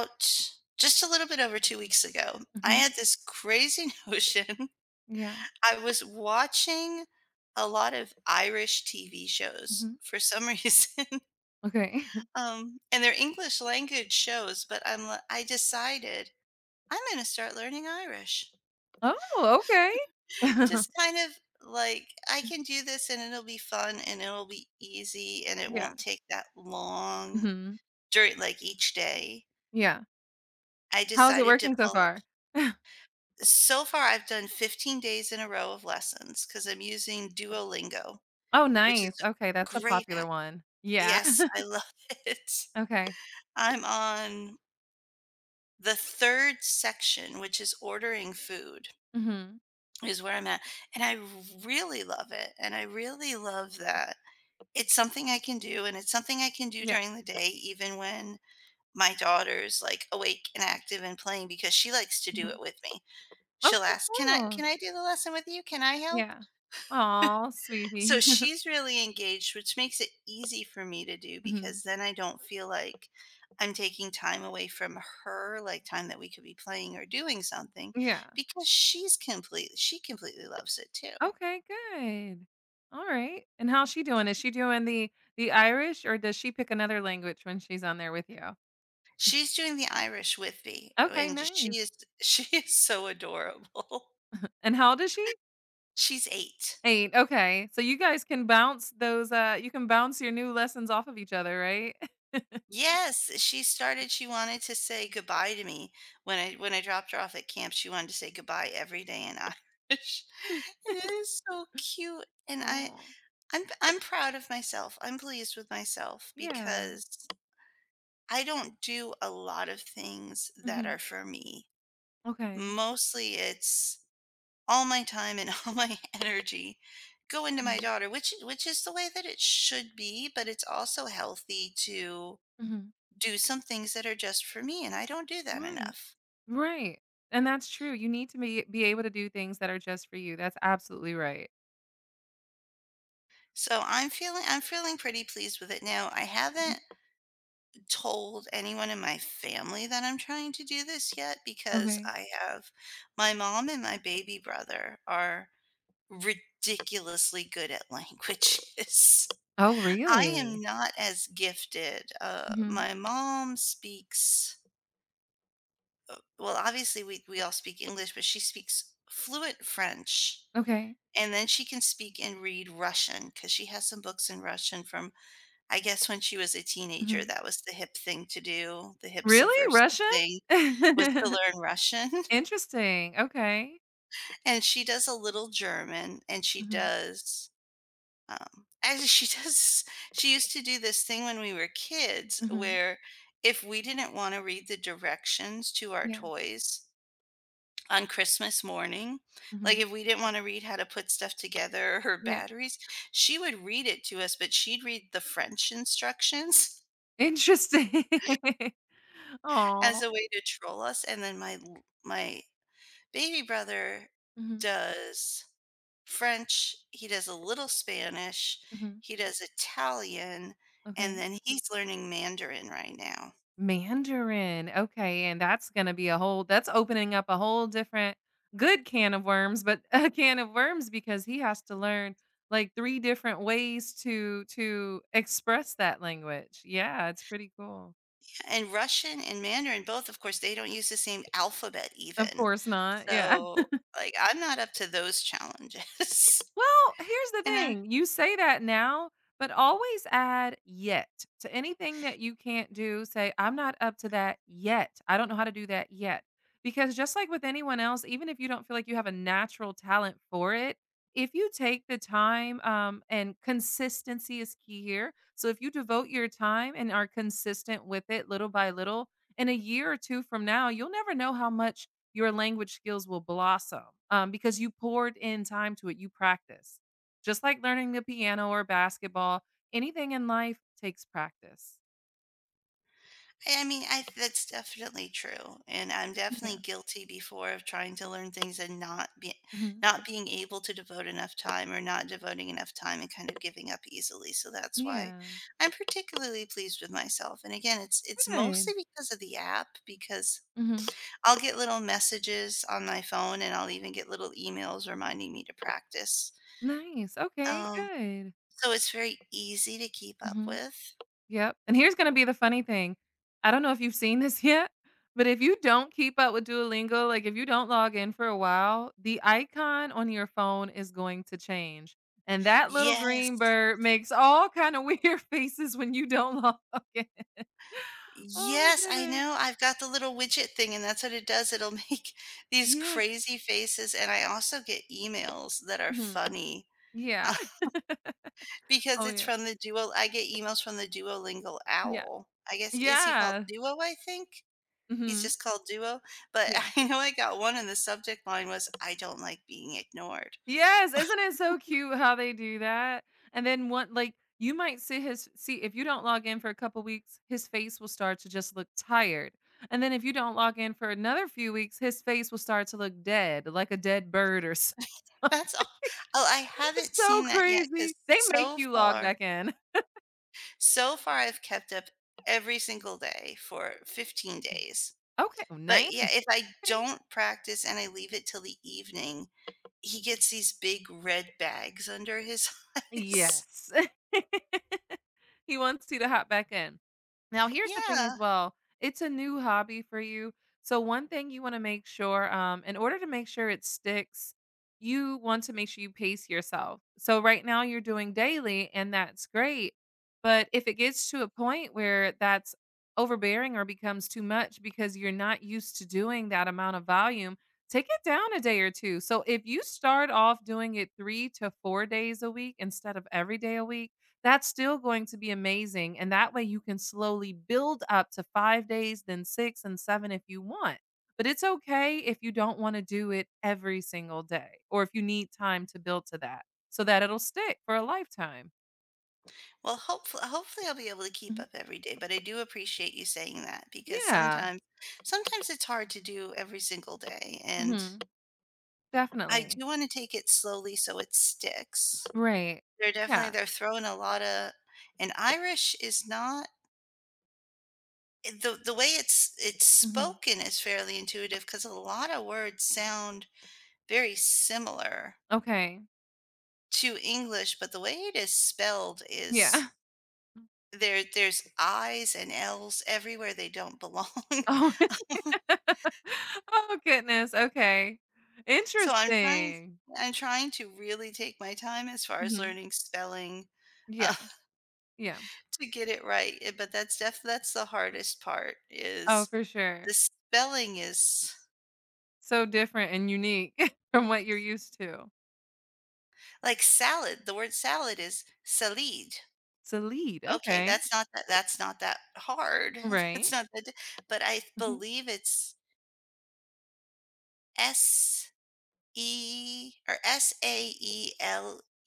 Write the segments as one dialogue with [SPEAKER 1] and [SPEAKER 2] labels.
[SPEAKER 1] About just a little bit over 2 weeks ago, I
[SPEAKER 2] Mhm.
[SPEAKER 1] had this crazy notion.
[SPEAKER 2] Yeah.
[SPEAKER 1] I was watching a lot of Irish TV shows
[SPEAKER 2] Mhm.
[SPEAKER 1] for some reason,
[SPEAKER 2] Okay.
[SPEAKER 1] and they're English language shows, but I decided, "I'm gonna start learning Irish."
[SPEAKER 2] Oh, okay.
[SPEAKER 1] Just kind of like, I can do this and it'll be fun and it'll be easy and it
[SPEAKER 2] Yeah.
[SPEAKER 1] won't take that long
[SPEAKER 2] Mhm.
[SPEAKER 1] during, like, each day.
[SPEAKER 2] Yeah.
[SPEAKER 1] I
[SPEAKER 2] How's it
[SPEAKER 1] decided to
[SPEAKER 2] working so
[SPEAKER 1] pull.
[SPEAKER 2] far?
[SPEAKER 1] So far, I've done 15 days in a row of lessons because 'cause I'm using Duolingo,
[SPEAKER 2] Oh,
[SPEAKER 1] which is
[SPEAKER 2] nice.
[SPEAKER 1] a
[SPEAKER 2] Okay, that's a
[SPEAKER 1] great
[SPEAKER 2] popular
[SPEAKER 1] app.
[SPEAKER 2] one. Yeah.
[SPEAKER 1] Yes, I love it.
[SPEAKER 2] Okay.
[SPEAKER 1] I'm on the 3rd section, which is ordering food,
[SPEAKER 2] Mhm.
[SPEAKER 1] is where I'm at, and I really love it, and I really love that. It's something I can do, and it's something I can do
[SPEAKER 2] Yeah.
[SPEAKER 1] during the day even when my daughter's, like, awake and active and playing because she likes to do it
[SPEAKER 2] Mhm.
[SPEAKER 1] with me. She'll
[SPEAKER 2] Okay,
[SPEAKER 1] ask, "Can I
[SPEAKER 2] cool.
[SPEAKER 1] can I do the lesson with you? Can I help?"
[SPEAKER 2] Yeah. Oh,
[SPEAKER 1] So
[SPEAKER 2] sweetie.
[SPEAKER 1] she's really engaged, which makes it easy for me to do
[SPEAKER 2] Mhm.
[SPEAKER 1] because then I don't feel like I'm taking time away from her, like time that we could be playing or doing something,
[SPEAKER 2] Yeah.
[SPEAKER 1] because She completely loves it too.
[SPEAKER 2] Okay, good. Alright. And how's she doing? Is she doing the Irish, or does she pick another language when she's on there with you?
[SPEAKER 1] She's doing the Irish with me,
[SPEAKER 2] Okay,
[SPEAKER 1] and
[SPEAKER 2] nice.
[SPEAKER 1] she is she is so adorable.
[SPEAKER 2] And how old is she?
[SPEAKER 1] She's eight.
[SPEAKER 2] 8, okay. So you guys can bounce those, you can bounce your new lessons off of each other, right?
[SPEAKER 1] Yes, she wanted to say goodbye to me when I dropped her off at camp. She wanted to say goodbye every day in Irish. And it is so cute, and I
[SPEAKER 2] Oh,
[SPEAKER 1] I'm I'm proud of myself, I'm pleased with myself
[SPEAKER 2] yeah.
[SPEAKER 1] because I don't do a lot of things that
[SPEAKER 2] Mhm.
[SPEAKER 1] are for me.
[SPEAKER 2] Okay.
[SPEAKER 1] Mostly it's all my time and all my energy go into my
[SPEAKER 2] Mhm.
[SPEAKER 1] daughter, which is the way that it should be, but it's also healthy to
[SPEAKER 2] Mhm.
[SPEAKER 1] do some things that are just for me, and I don't do that
[SPEAKER 2] Right.
[SPEAKER 1] enough.
[SPEAKER 2] Right. And that's true. You need to be able to do things that are just for you. That's absolutely right.
[SPEAKER 1] I'm feeling pretty pleased with it now. I
[SPEAKER 2] Mhm.
[SPEAKER 1] haven't told anyone in my family that I'm trying to do this yet because
[SPEAKER 2] Okay.
[SPEAKER 1] I have my mom and my baby brother are ridiculously good at languages.
[SPEAKER 2] Oh,
[SPEAKER 1] I am
[SPEAKER 2] really?
[SPEAKER 1] not as gifted.
[SPEAKER 2] Mhm.
[SPEAKER 1] My mom speaks well, obviously we all speak English, but she speaks fluent French.
[SPEAKER 2] Okay.
[SPEAKER 1] And then she can speak and read Russian because she has some books in Russian from, I guess, when she was a teenager.
[SPEAKER 2] Mhm.
[SPEAKER 1] That was the hip thing to do, the hip
[SPEAKER 2] Really?
[SPEAKER 1] subversive
[SPEAKER 2] Russian?
[SPEAKER 1] thing was to learn Russian.
[SPEAKER 2] Interesting. Okay.
[SPEAKER 1] And she does a little German, and she
[SPEAKER 2] Mhm.
[SPEAKER 1] does, actually, she used to do this thing when we were kids
[SPEAKER 2] Mhm.
[SPEAKER 1] where, if we didn't wanna read the directions to our
[SPEAKER 2] Yeah.
[SPEAKER 1] toys on Christmas morning, like
[SPEAKER 2] Mhm.
[SPEAKER 1] if we didn't want to read how to put stuff together or
[SPEAKER 2] Yeah.
[SPEAKER 1] batteries, she would read it to us, but she'd read the French instructions
[SPEAKER 2] Interesting.
[SPEAKER 1] as
[SPEAKER 2] Oh.
[SPEAKER 1] a way to troll us. And then my baby brother
[SPEAKER 2] Mhm,
[SPEAKER 1] does French, he does a little Spanish,
[SPEAKER 2] mhm,
[SPEAKER 1] he does Italian, and
[SPEAKER 2] okay.
[SPEAKER 1] then he's learning Mandarin right now.
[SPEAKER 2] Mandarin, okay, and that's gonna be a whole that's opening up a whole different good can of worms, but a can of worms because he has to learn, like, 3 different ways to express that language. Yeah, it's pretty cool.
[SPEAKER 1] And Russian and Mandarin both, of course, they don't use the same alphabet
[SPEAKER 2] Of
[SPEAKER 1] even.
[SPEAKER 2] course not, yeah.
[SPEAKER 1] So, like, I'm not up to those challenges.
[SPEAKER 2] Well, here's the
[SPEAKER 1] And
[SPEAKER 2] thing. You say that now, but always add yet to anything that you can't do. Say, I'm not up to that yet. I don't know how to do that yet. Because just like with anyone else, even if you don't feel like you have a natural talent for it, if you take the time and consistency is key here. So if you devote your time and are consistent with it little by little, in a year or two from now, you'll never know how much your language skills will blossom, because you poured in time to it, you practice, just like learning the piano or basketball, anything in life takes practice.
[SPEAKER 1] I mean, I that's definitely true, and I'm definitely
[SPEAKER 2] Yeah.
[SPEAKER 1] guilty before of trying to learn things and
[SPEAKER 2] hmm
[SPEAKER 1] not being able to devote enough time or not devoting enough time and kind of giving up easily. So that's why
[SPEAKER 2] Yeah.
[SPEAKER 1] I'm particularly pleased with myself. And again, it's
[SPEAKER 2] Good.
[SPEAKER 1] mostly because of the app, because
[SPEAKER 2] hmm
[SPEAKER 1] I'll get little messages on my phone, and I'll even get little emails reminding me to practice.
[SPEAKER 2] Nice. Okay,
[SPEAKER 1] Um,
[SPEAKER 2] good.
[SPEAKER 1] so it's very easy to keep up
[SPEAKER 2] hmm
[SPEAKER 1] with.
[SPEAKER 2] Yep, and here's gonna be the funny thing. I don't know if you've seen this yet, but if you don't keep up with Duolingo, like, if you don't log in for a while, the icon on your phone is going to change, and that little
[SPEAKER 1] Yes.
[SPEAKER 2] green bird makes all kind of weird faces when you don't log in. Oh my
[SPEAKER 1] Yes, I
[SPEAKER 2] goodness.
[SPEAKER 1] know, I've got the little widget thing, and that's what it does, it'll make these
[SPEAKER 2] Yes.
[SPEAKER 1] crazy faces, and I also get emails that are
[SPEAKER 2] Mhm.
[SPEAKER 1] funny,
[SPEAKER 2] Yeah.
[SPEAKER 1] because
[SPEAKER 2] Oh,
[SPEAKER 1] it's
[SPEAKER 2] yeah.
[SPEAKER 1] from the Duo I get emails from the Duolingo
[SPEAKER 2] Yeah.
[SPEAKER 1] owl. I guess is he called
[SPEAKER 2] Yeah.
[SPEAKER 1] Duo, I think? He's
[SPEAKER 2] Mhm.
[SPEAKER 1] just called Duo, but
[SPEAKER 2] Yeah.
[SPEAKER 1] I know I got one and the subject line was, "I don't like being ignored."
[SPEAKER 2] Yes, isn't it so cute how they do that? And then one like you might see his see if you don't log in for a couple weeks, his face will start to just look tired. And then if you don't log in for another few weeks, his face will start to look dead, like a dead bird or something.
[SPEAKER 1] That's all. Oh, I
[SPEAKER 2] It's
[SPEAKER 1] haven't
[SPEAKER 2] so
[SPEAKER 1] seen that yet because
[SPEAKER 2] crazy. They make
[SPEAKER 1] so
[SPEAKER 2] you log
[SPEAKER 1] far
[SPEAKER 2] back in.
[SPEAKER 1] so far I've kept up every single day for 15 days.
[SPEAKER 2] Okay,
[SPEAKER 1] But
[SPEAKER 2] nice.
[SPEAKER 1] yeah, if I
[SPEAKER 2] Okay.
[SPEAKER 1] don't practice and I leave it till the evening, he gets these big red bags under his eyes.
[SPEAKER 2] Yes. He wants you to hop back in. Now, here's the thing as
[SPEAKER 1] Yeah.
[SPEAKER 2] well. It's a new hobby for you. So one thing you want to make sure, in order to make sure it sticks, you want to make sure you pace yourself. So right now you're doing daily and that's great. But if it gets to a point where that's overbearing or becomes too much because you're not used to doing that amount of volume, take it down a day or two. So if you start off doing it 3 to 4 days a week instead of every day a week, that's still going to be amazing, and that way you can slowly build up to 5 days, then 6 and 7 if you want. But it's okay if you don't wanna do it every single day or if you need time to build to that so that it'll stick for a lifetime.
[SPEAKER 1] Well, hopefully I'll be able to keep
[SPEAKER 2] Mhm.
[SPEAKER 1] up every day, but I do appreciate you saying that because
[SPEAKER 2] Yeah.
[SPEAKER 1] sometimes it's hard to do every single day, and
[SPEAKER 2] Mhm.
[SPEAKER 1] I
[SPEAKER 2] Definitely.
[SPEAKER 1] do wanna take it slowly so it sticks.
[SPEAKER 2] Right. Yeah.
[SPEAKER 1] They're throwing a lot of. And Irish is not, eh, the way it's
[SPEAKER 2] Mhm.
[SPEAKER 1] spoken is fairly intuitive because a lot of words sound very similar
[SPEAKER 2] Okay.
[SPEAKER 1] to English, but the way it is spelled is,
[SPEAKER 2] Yeah.
[SPEAKER 1] there's I's and L's everywhere they don't belong.
[SPEAKER 2] Oh. Oh, goodness. Okay.
[SPEAKER 1] So
[SPEAKER 2] Interesting.
[SPEAKER 1] I'm trying to really take my time as far as
[SPEAKER 2] Mhm.
[SPEAKER 1] learning spelling, uh,
[SPEAKER 2] Yeah. Yeah.
[SPEAKER 1] to get it right, eh, but that's the hardest part
[SPEAKER 2] Oh,
[SPEAKER 1] is
[SPEAKER 2] for sure.
[SPEAKER 1] the spelling is,
[SPEAKER 2] So different and unique from what you're used to.
[SPEAKER 1] like, salad, the word salad is "salid."
[SPEAKER 2] Salid,
[SPEAKER 1] Okay,
[SPEAKER 2] okay.
[SPEAKER 1] that's not that hard. That's
[SPEAKER 2] Right.
[SPEAKER 1] not that di But I
[SPEAKER 2] Mhm.
[SPEAKER 1] believe it's S E or Saelead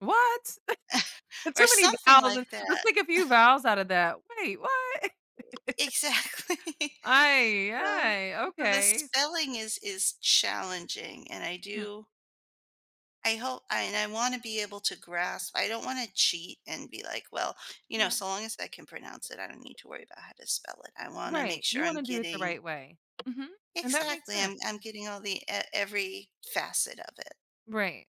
[SPEAKER 2] What?
[SPEAKER 1] or
[SPEAKER 2] Too many
[SPEAKER 1] something
[SPEAKER 2] vowels and
[SPEAKER 1] like
[SPEAKER 2] let's
[SPEAKER 1] that.
[SPEAKER 2] take a few vowels out of that. Wait, what?
[SPEAKER 1] Exactly.
[SPEAKER 2] Ay,
[SPEAKER 1] So
[SPEAKER 2] ay,
[SPEAKER 1] so the
[SPEAKER 2] okay.
[SPEAKER 1] spelling is challenging, and
[SPEAKER 2] Mhm,
[SPEAKER 1] I hope and I wanna be able to grasp. I don't wanna cheat and be like, "Well, you know,
[SPEAKER 2] yeah.
[SPEAKER 1] so long as I can pronounce it, I don't need to worry about how to spell it." I wanna make
[SPEAKER 2] Right,
[SPEAKER 1] sure
[SPEAKER 2] you
[SPEAKER 1] I'm
[SPEAKER 2] wanna do it the
[SPEAKER 1] getting.
[SPEAKER 2] right way. Mhm, and that makes
[SPEAKER 1] Exactly,
[SPEAKER 2] sense.
[SPEAKER 1] I'm getting all the e every facet of it.
[SPEAKER 2] Right.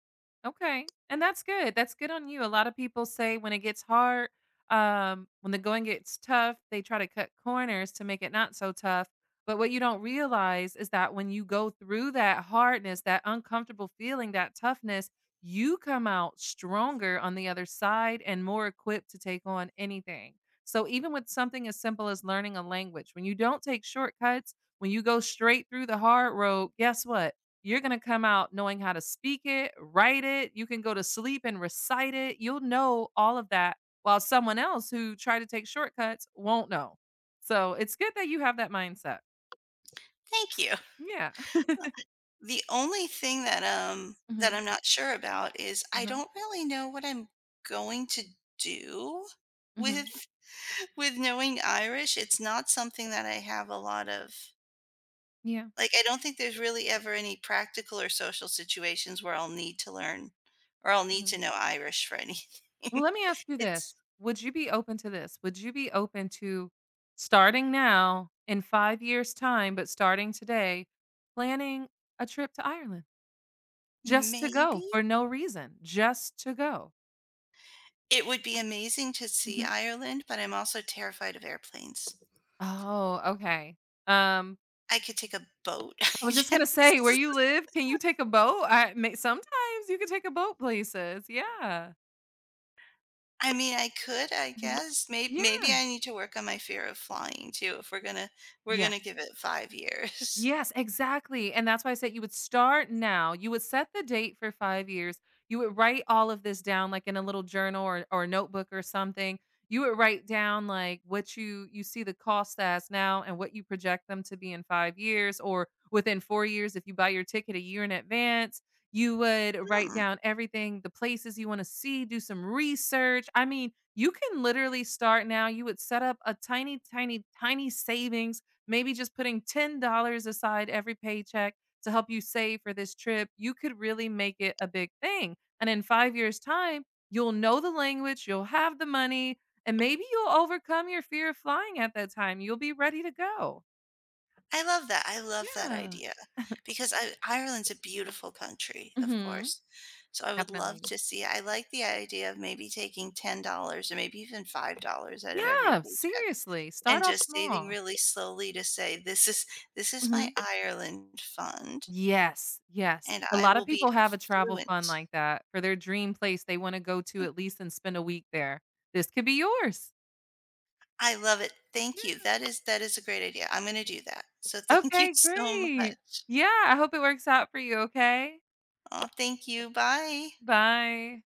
[SPEAKER 2] Okay. And that's good. That's good on you. A lot of people say when it gets hard, when the going gets tough, they try to cut corners to make it not so tough. But what you don't realize is that when you go through that hardness, that uncomfortable feeling, that toughness, you come out stronger on the other side and more equipped to take on anything. So, even with something as simple as learning a language, when you don't take shortcuts, when you go straight through the hard road, guess what? You're gonna come out knowing how to speak it, write it, you can go to sleep and recite it. You'll know all of that while someone else who tried to take shortcuts won't know. So, it's good that you have that mindset.
[SPEAKER 1] Thank you.
[SPEAKER 2] Yeah.
[SPEAKER 1] The only thing that, that
[SPEAKER 2] Mhm.
[SPEAKER 1] I'm not sure about is I
[SPEAKER 2] Uh-huh.
[SPEAKER 1] don't really know what I'm going to do
[SPEAKER 2] Mhm.
[SPEAKER 1] with with knowing Irish. It's not something that I have a lot of,
[SPEAKER 2] Yeah.
[SPEAKER 1] like, I don't think there's really ever any practical or social situations where I'll need to learn or I'll need to
[SPEAKER 2] Mhm.
[SPEAKER 1] know Irish for anything.
[SPEAKER 2] Well, let me ask you
[SPEAKER 1] It's
[SPEAKER 2] this. Would you be open to this? Would you be open to starting now in 5 years' time, but starting today, planning a trip to Ireland just to
[SPEAKER 1] maybe
[SPEAKER 2] go for no reason, just to go?
[SPEAKER 1] it would be amazing to see
[SPEAKER 2] Mhm.
[SPEAKER 1] Ireland, but I'm also terrified of airplanes.
[SPEAKER 2] Oh, okay. Um,
[SPEAKER 1] I could take a boat, I
[SPEAKER 2] I was just gonna say, where
[SPEAKER 1] guess.
[SPEAKER 2] you live, can you take a boat? I may sometimes you can take a boat places. Yeah.
[SPEAKER 1] I mean, I could, I
[SPEAKER 2] Mhm.
[SPEAKER 1] guess. May
[SPEAKER 2] Yeah.
[SPEAKER 1] maybe I need to work on my fear of flying too, if we're
[SPEAKER 2] Yeah.
[SPEAKER 1] gonna give it 5 years.
[SPEAKER 2] Yes, exactly. And that's why I said you would start now. You would set the date for 5 years. You would write all of this down like in a little journal or notebook or something. You would write down like what you see the cost as now and what you project them to be in 5 years or within 4 years if you buy your ticket a year in advance. You would write
[SPEAKER 1] Hmm.
[SPEAKER 2] down everything, the places you want to see, do some research. I mean, you can literally start now. You would set up a tiny tiny savings maybe just putting $10 aside every paycheck to help you save for this trip, you could really make it a big thing. And in 5 years' time, you'll know the language, you'll have the money, and maybe you'll overcome your fear of flying at that time. You'll be ready to go.
[SPEAKER 1] I love that
[SPEAKER 2] Yeah.
[SPEAKER 1] idea, because I Ireland's a beautiful country, of
[SPEAKER 2] Mhm.
[SPEAKER 1] course. So I would love
[SPEAKER 2] Definitely.
[SPEAKER 1] to see. I like the idea of maybe taking $10 or maybe even $5 out of every
[SPEAKER 2] Yeah,
[SPEAKER 1] paycheck
[SPEAKER 2] seriously,
[SPEAKER 1] and
[SPEAKER 2] start off
[SPEAKER 1] just saving
[SPEAKER 2] small.
[SPEAKER 1] really slowly to say, This is my
[SPEAKER 2] Mhm.
[SPEAKER 1] Ireland fund,
[SPEAKER 2] Yes, yes.
[SPEAKER 1] and
[SPEAKER 2] A
[SPEAKER 1] I
[SPEAKER 2] lot
[SPEAKER 1] will
[SPEAKER 2] of
[SPEAKER 1] be
[SPEAKER 2] people have a travel fund
[SPEAKER 1] fluent."
[SPEAKER 2] like that for their dream place they wanna go to at least and spend a week there. This could be yours.
[SPEAKER 1] I love it.
[SPEAKER 2] Yeah.
[SPEAKER 1] Thank you. That is a great idea. I'm gonna do that. So thank you
[SPEAKER 2] Okay,
[SPEAKER 1] so
[SPEAKER 2] great.
[SPEAKER 1] much.
[SPEAKER 2] Yeah, I hope it works out for you, okay?
[SPEAKER 1] Oh, thank you. Bye.
[SPEAKER 2] Bye.